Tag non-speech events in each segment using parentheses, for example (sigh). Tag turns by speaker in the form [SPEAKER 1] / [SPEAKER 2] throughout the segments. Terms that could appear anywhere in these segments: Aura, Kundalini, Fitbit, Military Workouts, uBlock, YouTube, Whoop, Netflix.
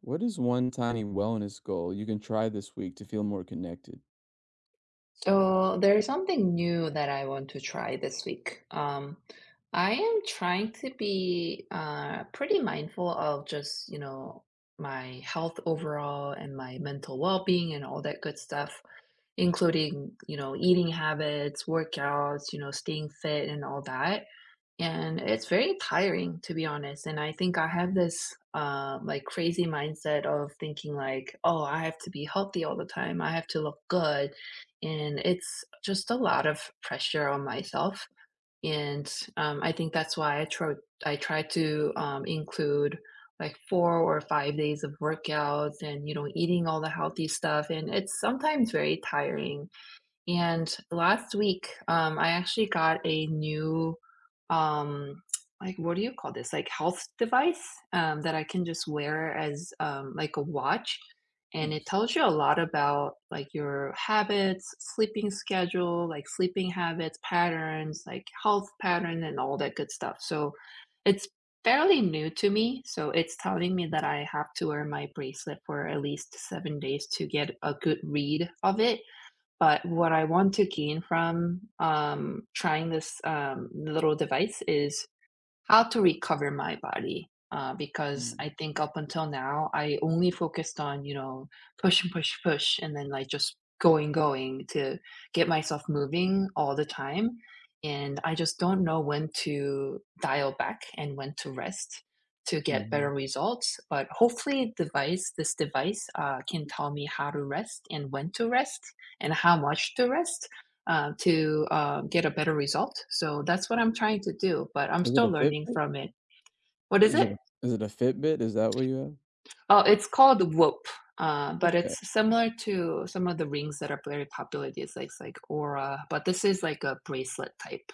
[SPEAKER 1] What is one tiny wellness goal you can try this week to feel more connected?
[SPEAKER 2] So there is something new that I want to try this week. I am trying to be pretty mindful of just, you know, my health overall and my mental well-being and all that good stuff, including, you know, eating habits, workouts, you know, staying fit and all that. And it's very tiring, to be honest. And I think I have this like crazy mindset of thinking like, oh, I have to be healthy all the time. I have to look good, and it's just a lot of pressure on myself. And I think that's why I try to include like 4 or 5 days of workouts and you know eating all the healthy stuff. And it's sometimes very tiring and last week, I actually got a new, um, like, what do you call this? Like, health device that I can just wear as like a watch. And it
[SPEAKER 1] Nice.
[SPEAKER 2] tells you a lot about like your habits, sleeping schedule, like sleeping habits, patterns, like health pattern, and all that good stuff. So it's fairly new to me. So it's telling me that I have to wear my bracelet for at least 7 days to get a good read of it, but what I want to gain from trying this little device is how to recover my body because
[SPEAKER 1] Mhm,
[SPEAKER 2] I think up until now I only focused on, you know, push and push and then like just going to get myself moving all the time, and I just don't know when to dial back and when to rest to get
[SPEAKER 1] mhm.
[SPEAKER 2] better results, but hopefully device this device can tell me how to rest and when to rest and how much to rest to get a better result. So that's what I'm trying to do, but I'm
[SPEAKER 1] Is it
[SPEAKER 2] still
[SPEAKER 1] a
[SPEAKER 2] learning
[SPEAKER 1] Fitbit?
[SPEAKER 2] from it. What is
[SPEAKER 1] Is it
[SPEAKER 2] it?
[SPEAKER 1] a is it a Fitbit? Is that what you have?
[SPEAKER 2] Oh, it's called Whoop, but
[SPEAKER 1] Okay.
[SPEAKER 2] it's similar to some of the rings that are very popular these days, like Aura. But this is like a bracelet type.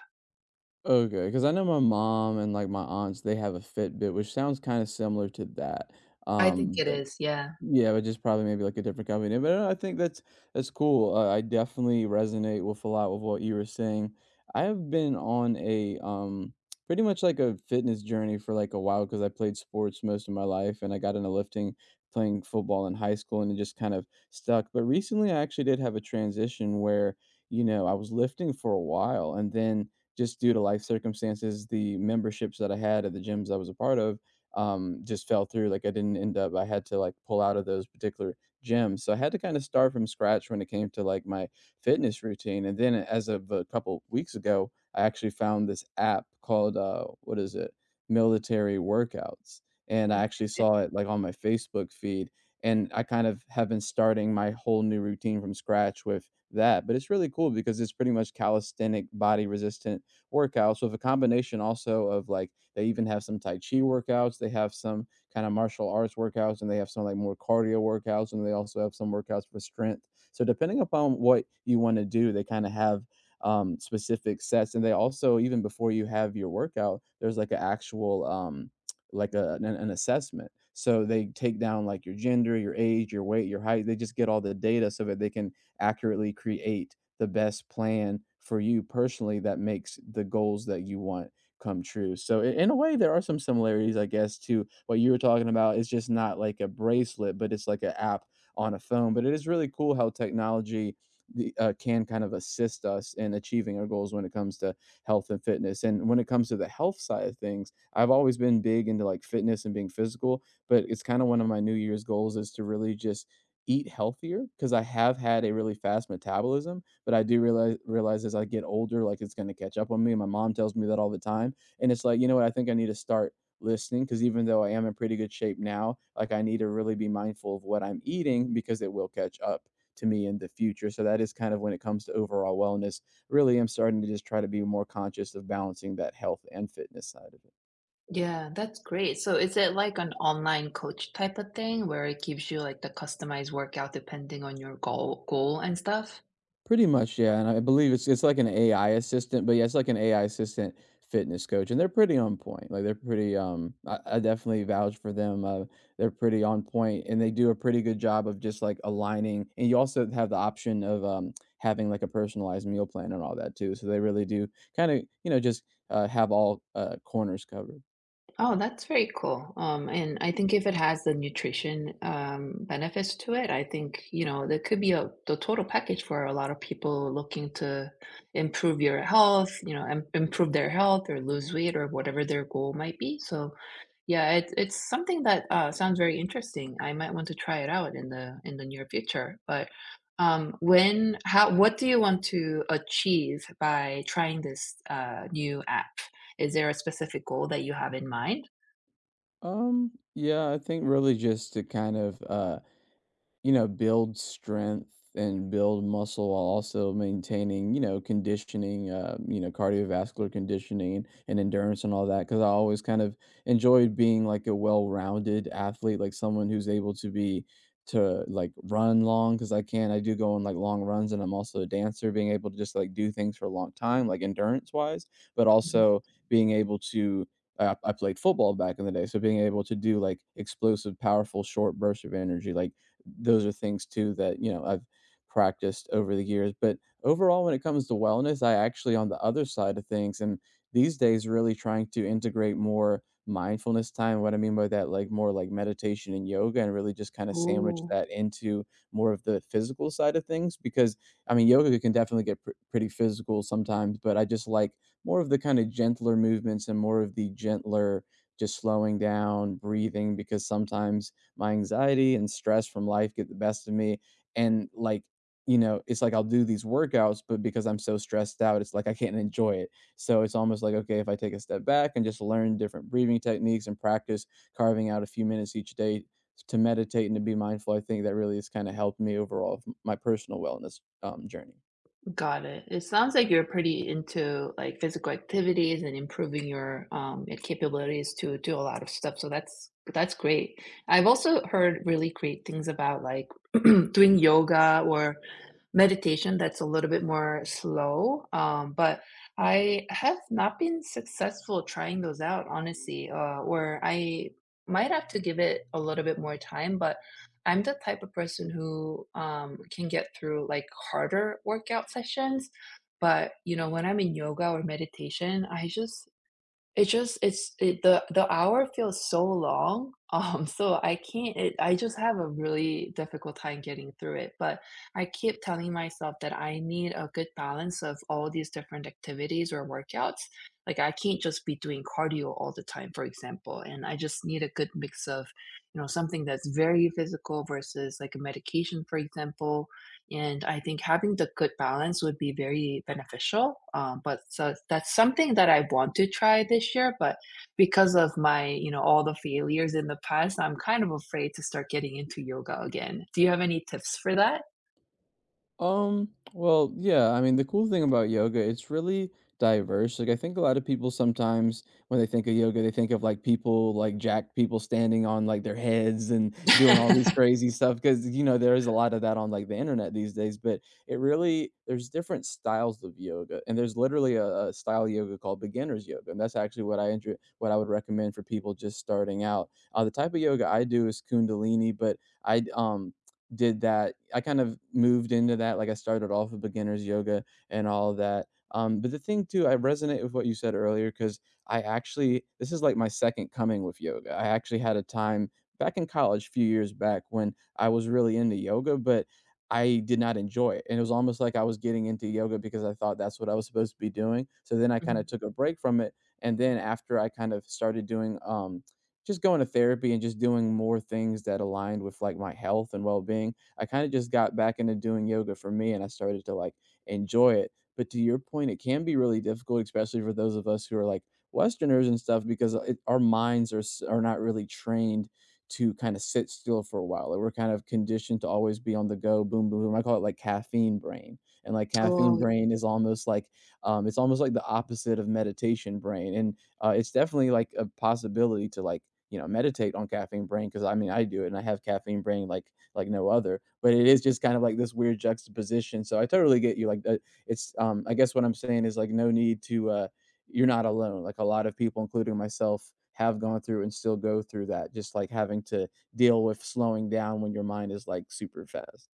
[SPEAKER 1] Okay. Because I know my mom and, like, my aunts, they have a Fitbit, which sounds kinda similar to that,
[SPEAKER 2] I think
[SPEAKER 1] um,
[SPEAKER 2] it
[SPEAKER 1] but
[SPEAKER 2] is. Yeah.
[SPEAKER 1] yeah, but just probably maybe like a different company. But no, I think that's cool. I definitely resonate with a lot of what you were saying. I have been on a pretty much like a fitness journey for like a while because I played sports most of my life and I got into lifting playing football in high school and it just kind of stuck. But recently I actually did have a transition where, you know, I was lifting for a while and then just due to life circumstances, the memberships that I had at the gyms I was a part of just fell through. Like I didn't end up, I had to like pull out of those particular gyms. So I had to kind of start from scratch when it came to like my fitness routine. And then as of a couple weeks ago, I actually found this app called, what is it? Military Workouts. And I
[SPEAKER 2] Okay.
[SPEAKER 1] actually saw it like on my Facebook feed. And I kind of have been starting my whole new routine from scratch with that. But it's really cool because it's pretty much calisthenic body resistance workouts with a combination also of like they even have some tai chi workouts, they have some kind of martial arts workouts, and they have some like more cardio workouts, and they also have some workouts for strength, so depending upon what you want to do, they kind of have specific sets. And they also, even before you have your workout, there's like an actual like an assessment, so they take down like your gender, your age, your weight, your height. They just get all the data so that they can accurately create the best plan for you personally that makes the goals that you want come true. So in a way, there are some similarities, I guess, to what you were talking about. It's just not like a bracelet, but it's like an app on a phone. But it is really cool how technology can kind of assist us in achieving our goals when it comes to health and fitness. And when it comes to the health side of things, I've always been big into like fitness and being physical, but it's kind of one of my New Year's goals is to really just eat healthier because I have had a really fast metabolism, but I do realize as I get older, like it's gonna catch up on me. And my mom tells me that all the time. And it's like, you know what, I think I need to start listening because even though I am in pretty good shape now, like I need to really be mindful of what I'm eating because it will catch up to me in the future. So that is kind of when it comes to overall wellness. Really, I am starting to just try to be more conscious of balancing that health and fitness side of it.
[SPEAKER 2] Yeah, that's great. So is it like an online coach type of thing where it gives you like the customized workout depending on your goal and stuff?
[SPEAKER 1] Pretty much, yeah, and I believe it's like an AI assistant, but yeah, it's like an AI assistant fitness coach, and they're pretty on point. Like they're pretty, I definitely vouch for them. They're pretty on point, and they do a pretty good job of just like aligning. And you also have the option of having like a personalized meal plan and all that too. So they really do kind of, you know, just have all corners covered.
[SPEAKER 2] Oh, that's very cool. And I think if it has the nutrition benefits to it, I think, you know, there could be a the total package for a lot of people looking to improve your health, you know, im improve their health or lose weight or whatever their goal might be. So, yeah, it's something that sounds very interesting. I might want to try it out in the near future. But when, how, what do you want to achieve by trying this new app? Is there a specific goal that you have in mind?
[SPEAKER 1] Yeah, I think really just to kind of you know, build strength and build muscle while also maintaining, you know, conditioning, you know, cardiovascular conditioning and endurance and all that. Cause I always kind of enjoyed being like a well rounded athlete, like someone who's able to be to like run long because I can. I do go on like long runs, and I'm also a dancer, being able to just like do things for a long time, like endurance wise, but
[SPEAKER 2] Mhm.
[SPEAKER 1] also being able to I played football back in the day, so being able to do like explosive, powerful, short bursts of energy, like those are things too that, you know, I've practiced over the years. But overall, when it comes to wellness, I actually on the other side of things and these days really trying to integrate more mindfulness time. What I mean by that, like more like meditation and yoga, and really just kind of sandwich
[SPEAKER 2] Ooh,
[SPEAKER 1] that into more of the physical side of things because I mean yoga can definitely get pretty physical sometimes, but I just like more of the kind of gentler movements and more of the gentler just slowing down, breathing because sometimes my anxiety and stress from life get the best of me, and like, you know, it's like I'll do these workouts but because I'm so stressed out it's like I can't enjoy it. So it's almost like, okay, if I take a step back and just learn different breathing techniques and practice carving out a few minutes each day to meditate and to be mindful, I think that really has kind of helped me overall with my personal wellness journey.
[SPEAKER 2] got it. It sounds like you're pretty into like physical activities and improving your capabilities to do a lot of stuff. So that's great. I've also heard really great things about like (clears throat) doing yoga or meditation that's a little bit more slow. But I have not been successful trying those out, honestly. Or I might have to give it a little bit more time, but I'm the type of person who can get through like harder workout sessions, but you know, when I'm in yoga or meditation, I just it just it's it the hour feels so long, (laughs) so I can't it I just have a really difficult time getting through it, but I keep telling myself that I need a good balance of all these different activities or workouts. Like, I can't just be doing cardio all the time, for example, and I just need a good mix of, you know, something that's very physical versus, like, a medication, for example, and I think having the good balance would be very beneficial. But so that's something that I want to try this year, but because of my, you know, all the failures in the past, I'm kind of afraid to start getting into yoga again. Do you have any tips for that?
[SPEAKER 1] Um, well, yeah, I mean, the cool thing about yoga, it's really diverse. Like, I think a lot of people sometimes when they think of yoga, they think of like people, like jacked people standing on like their heads and doing all these
[SPEAKER 2] (laughs)
[SPEAKER 1] crazy stuff because, you know, there is a lot of that on like the internet these days. But it really, there's different styles of yoga. And there's literally a style of yoga called beginner's yoga. And that's actually what I enjoy, what I would recommend for people just starting out. The type of yoga I do is Kundalini, but I did that. I kind of moved into that. Like I started off with beginner's yoga and all of that. But the thing too, I resonate with what you said earlier because I actually, this is like my second coming with yoga. I actually had a time back in college, a few years back, when I was really into yoga, but I did not enjoy it. And it was almost like I was getting into yoga because I thought that's what I was supposed to be doing. So then I kind of
[SPEAKER 2] Mhm.
[SPEAKER 1] took a break from it. And then after I kind of started doing just going to therapy and just doing more things that aligned with like my health and well-being. I kind of just got back into doing yoga for me, and I started to like enjoy it. But to your point, it can be really difficult, especially for those of us who are like Westerners and stuff, because our minds are not really trained to kind of sit still for a while. Like we're kind of conditioned to always be on the go, boom, boom, boom. I call it like caffeine brain. And like caffeine
[SPEAKER 2] Oh,
[SPEAKER 1] brain is almost like it's almost like the opposite of meditation brain. And it's definitely like a possibility to like, you know, meditate on caffeine brain because I mean I do it and I have caffeine brain like no other. But it is just kind of like this weird juxtaposition. So I totally get you. Like it's I guess what I'm saying is like no need to you're not alone. Like a lot of people including myself have gone through and still go through that, just like having to deal with slowing down when your mind is like super fast.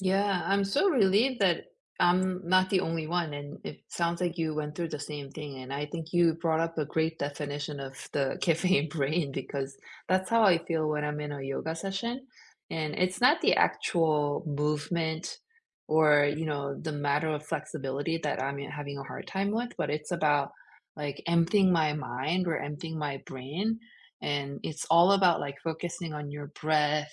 [SPEAKER 2] yeah, I'm so relieved that I'm not the only one, and it sounds like you went through the same thing. And I think you brought up a great definition of the (laughs) caffeine brain because that's how I feel when I'm in a yoga session. And it's not the actual movement or, you know, the matter of flexibility that I'm having a hard time with, but it's about like emptying my mind or emptying my brain. And it's all about like focusing on your breath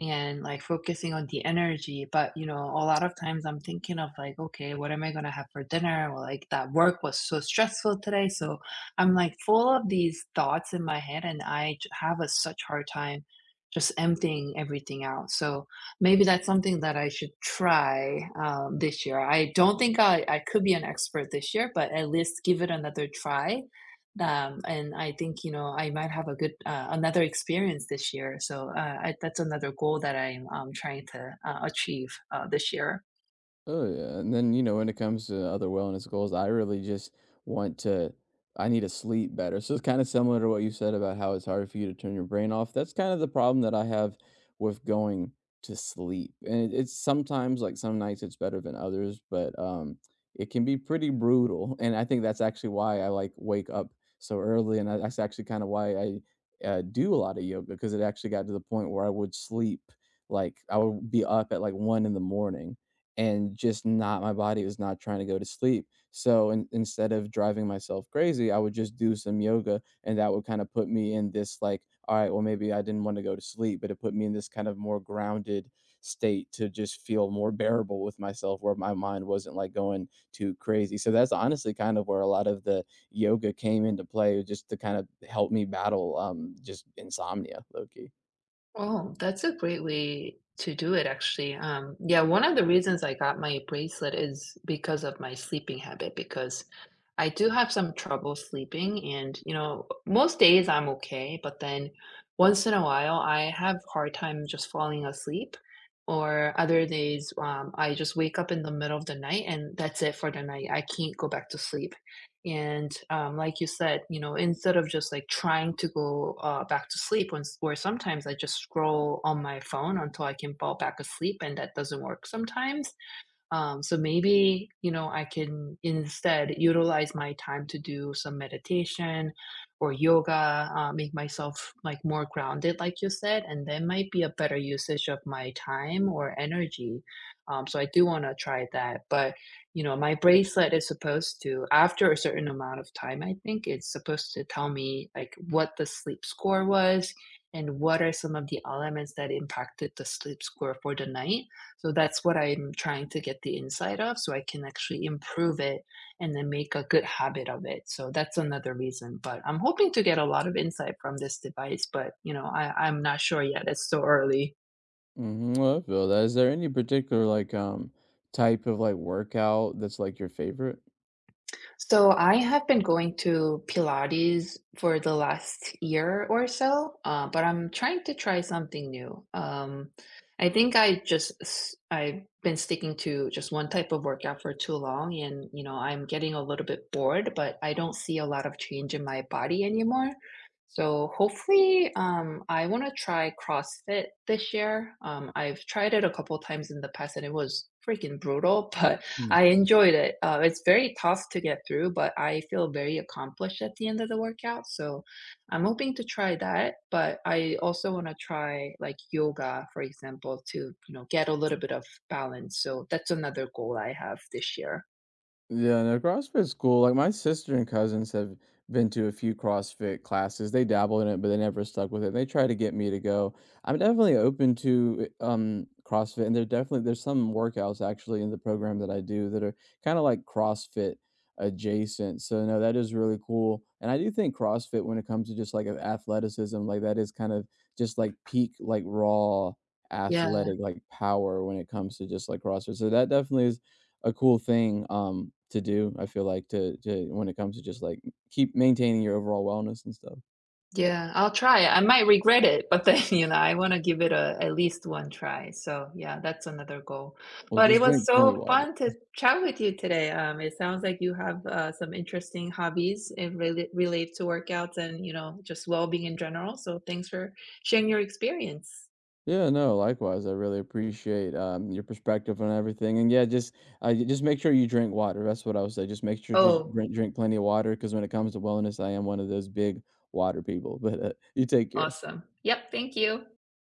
[SPEAKER 2] and like focusing on the energy. But you know, a lot of times I'm thinking of like, okay, what am I gonna have for dinner? Or like that work was so stressful today. So I'm like full of these thoughts in my head, and I have a such hard time just emptying everything out. So maybe that's something that I should try this year. I don't think I could be an expert this year, but at least give it another try and I think, you know, I might have a good another experience this year. So that's another goal that I'm trying to achieve this year.
[SPEAKER 1] Oh yeah, and then, you know, when it comes to other wellness goals, I really just want to. I need to sleep better. So it's kind of similar to what you said about how it's hard for you to turn your brain off. That's kind of the problem that I have with going to sleep, and it's sometimes like some nights it's better than others, but it can be pretty brutal. And I think that's actually why I like wake up so early, and that's actually kind of why I do a lot of yoga because it actually got to the point where I would sleep like I would be up at like one in the morning and just not my body was not trying to go to sleep. So in instead of driving myself crazy, I would just do some yoga, and that would kind of put me in this like, all right, well, maybe I didn't want to go to sleep, but it put me in this kind of more grounded state to just feel more bearable with myself where my mind wasn't like going too crazy. So that's honestly kind of where a lot of the yoga came into play, just to kind of help me battle just insomnia low key.
[SPEAKER 2] Oh, that's a great way to do it, actually. Yeah, one of the reasons I got my bracelet is because of my sleeping habit, because I do have some trouble sleeping, and you know, most days I'm okay, but then once in a while I have hard time just falling asleep, or other days I just wake up in the middle of the night and that's it for the night. I can't go back to sleep. And like you said, you know, instead of just like trying to go back to sleep, or sometimes I just scroll on my phone until I can fall back asleep, and that doesn't work sometimes. So maybe, you know, I can instead utilize my time to do some meditation or yoga, make myself like more grounded, like you said, and that might be a better usage of my time or energy. So I do want to try that. But, you know, my bracelet is supposed to, after a certain amount of time, I think it's supposed to tell me like what the sleep score was and what are some of the elements that impacted the sleep score for the night. So that's what I'm trying to get the insight of so I can actually improve it and then make a good habit of it. So that's another reason. But I'm hoping to get a lot of insight from this device, but you know, I'm not sure yet. It's so early.
[SPEAKER 1] Mhm, well, I feel that. Is there any particular, like, type of, like, workout that's, like, your favorite?
[SPEAKER 2] So I have been going to Pilates for the last year or so, but I'm trying to try something new. I think I've been sticking to just one type of workout for too long, and you know I'm getting a little bit bored, but I don't see a lot of change in my body anymore. So hopefully, I want to try CrossFit this year. I've tried it a couple times in the past, and it was freaking brutal, (laughs) but I enjoyed it. It's very tough to get through, but I feel very accomplished at the end of the workout. So I'm hoping to try that. But I also want to try like yoga, for example, to, you know, get a little bit of balance. So that's another goal I have this year.
[SPEAKER 1] Yeah, no, CrossFit's cool. Like my sister and cousins have been to a few CrossFit classes. They dabble in it, but they never stuck with it. They try to get me to go. I'm definitely open to CrossFit, and there definitely there's some workouts actually in the program that I do that are kind of like CrossFit adjacent. So no, that is really cool. And I do think CrossFit when it comes to just like of athleticism, like that is kind of just like peak like raw
[SPEAKER 2] Yeah.
[SPEAKER 1] athletic like power when it comes to just like CrossFit. So that definitely is a cool thing, to do, I feel like to when it comes to just, like, keep maintaining your overall wellness and stuff.
[SPEAKER 2] Yeah, I'll try. I might regret it, but then, (laughs) you know, I want to give it a at least one try. So, yeah, that's another goal.
[SPEAKER 1] Well,
[SPEAKER 2] But it
[SPEAKER 1] just drink
[SPEAKER 2] was
[SPEAKER 1] plenty of
[SPEAKER 2] so
[SPEAKER 1] water.
[SPEAKER 2] fun to chat with you today. It sounds like you have some interesting hobbies and really relate to workouts and, you know, just well-being in general. So, thanks for sharing your experience.
[SPEAKER 1] Yeah, no, likewise, I really appreciate, your perspective on everything, and, yeah, just, just make sure you drink water. That's what I would say, just make sure just
[SPEAKER 2] Oh,
[SPEAKER 1] drink plenty of water, because when it comes to wellness, I am one of those big water people, (laughs) but, you take care.
[SPEAKER 2] awesome. Yep, thank you.